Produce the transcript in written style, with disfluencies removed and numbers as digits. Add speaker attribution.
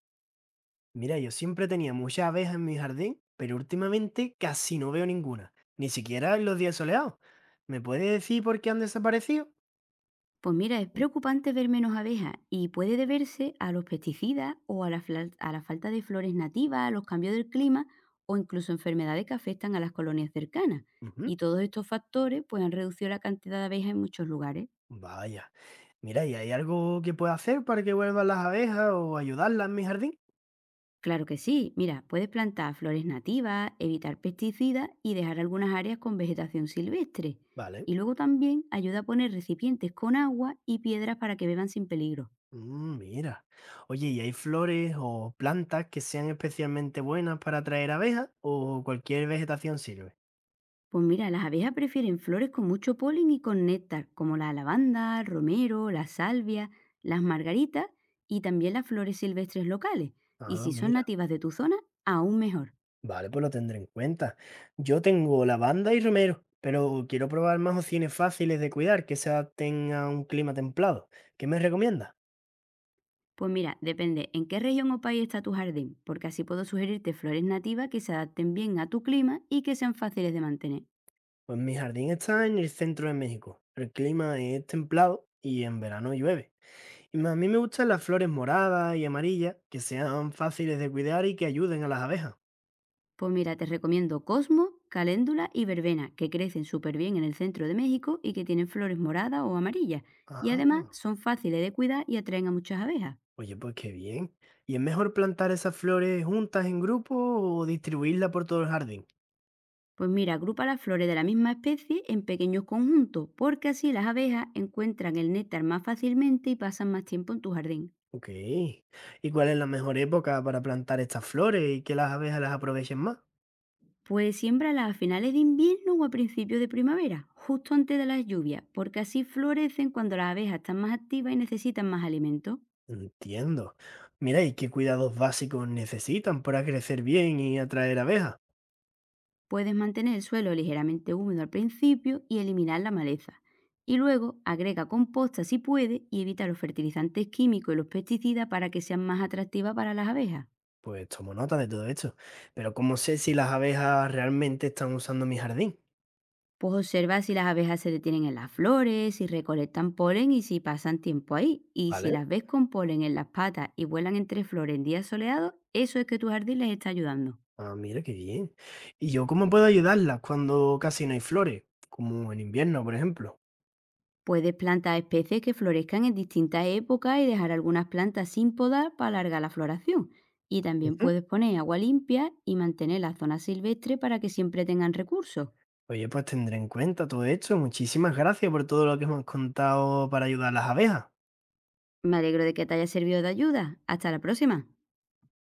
Speaker 1: Mira, yo siempre tenía muchas abejas en mi jardín, pero últimamente casi no veo ninguna, ni siquiera en los días soleados. ¿Me puedes decir por qué han desaparecido?
Speaker 2: Pues mira, es preocupante ver menos abejas y puede deberse a los pesticidas o a la falta de flores nativas, a los cambios del clima o incluso enfermedades que afectan a las colonias cercanas.
Speaker 1: Ujú.
Speaker 2: Y todos estos factores pues, han reducido la cantidad de abejas en muchos lugares.
Speaker 1: Vaya, mira, ¿y hay algo que pueda hacer para que vuelvan las abejas o ayudarlas en mi jardín?
Speaker 2: Claro que sí, mira, puedes plantar flores nativas, evitar pesticidas y dejar algunas áreas con vegetación silvestre.
Speaker 1: Vale.
Speaker 2: Y luego también ayuda a poner recipientes con agua y piedras para que beban sin peligro.
Speaker 1: Mm, mira. Oye, ¿y hay flores o plantas que sean especialmente buenas para atraer abejas o cualquier vegetación sirve?
Speaker 2: Pues mira, las abejas prefieren flores con mucho polen y con néctar, como la lavanda, el romero, la salvia, las margaritas y también las flores silvestres locales. Y
Speaker 1: Ah,
Speaker 2: si son
Speaker 1: mira.
Speaker 2: nativas de tu zona, aún mejor.
Speaker 1: Vale, pues lo tendré en cuenta. Yo tengo lavanda y romero, pero quiero probar más opciones fáciles de cuidar que se adapten a un clima templado. ¿Qué me recomiendas?
Speaker 2: Pues mira, depende en qué región o país está tu jardín, porque así puedo sugerirte flores nativas que se adapten bien a tu clima y que sean fáciles de mantener.
Speaker 1: Pues mi jardín está en el centro de México. El clima es templado y en verano llueve. Y más a mí me gustan las flores moradas y amarillas que sean fáciles de cuidar y que ayuden a las abejas.
Speaker 2: Pues mira, te recomiendo Cosmo, Caléndula y Verbena, que crecen súper bien en el centro de México y que tienen flores moradas o amarillas. Y
Speaker 1: Ah,
Speaker 2: además son fáciles de cuidar y atraen a muchas abejas.
Speaker 1: oye, pues qué bien. ¿Y es mejor plantar esas flores juntas en grupo o distribuirlas por todo el jardín?
Speaker 2: Pues mira, agrupa las flores de la misma especie en pequeños conjuntos, porque así las abejas encuentran el néctar más fácilmente y pasan más tiempo en tu jardín.
Speaker 1: Ok. ¿Y cuál es la mejor época para plantar estas flores y que las abejas las aprovechen más?
Speaker 2: Pues siémbralas a finales de invierno o a principios de primavera, justo antes de las lluvias, porque así florecen cuando las abejas están más activas y necesitan más alimento.
Speaker 1: Entiendo. Mira, ¿y qué cuidados básicos necesitan para crecer bien y atraer abejas?
Speaker 2: Puedes mantener el suelo ligeramente húmedo al principio y eliminar la maleza. Y luego agrega composta si puede y evita los fertilizantes químicos y los pesticidas para que sean más atractivas para las abejas.
Speaker 1: Pues tomo nota de todo esto. Pero ¿cómo sé si las abejas realmente están usando mi jardín?
Speaker 2: Pues observa si las abejas se detienen en las flores, si recolectan polen y si pasan tiempo ahí. Y si
Speaker 1: ¿Vale?
Speaker 2: las ves con polen en las patas y vuelan entre flores en días soleados, eso es que tu jardín les está ayudando.
Speaker 1: Ah, mira, qué bien. ¿Y yo cómo puedo ayudarlas cuando casi no hay flores? Como en invierno, por ejemplo.
Speaker 2: Puedes plantar especies que florezcan en distintas épocas y dejar algunas plantas sin podar para alargar la floración. Y también
Speaker 1: Ujú.
Speaker 2: puedes poner agua limpia y mantener la zona silvestre para que siempre tengan recursos.
Speaker 1: Oye, pues tendré en cuenta todo esto. Muchísimas gracias por todo lo que hemos contado para ayudar a las abejas.
Speaker 2: Me alegro de que te haya servido de ayuda. Hasta la próxima.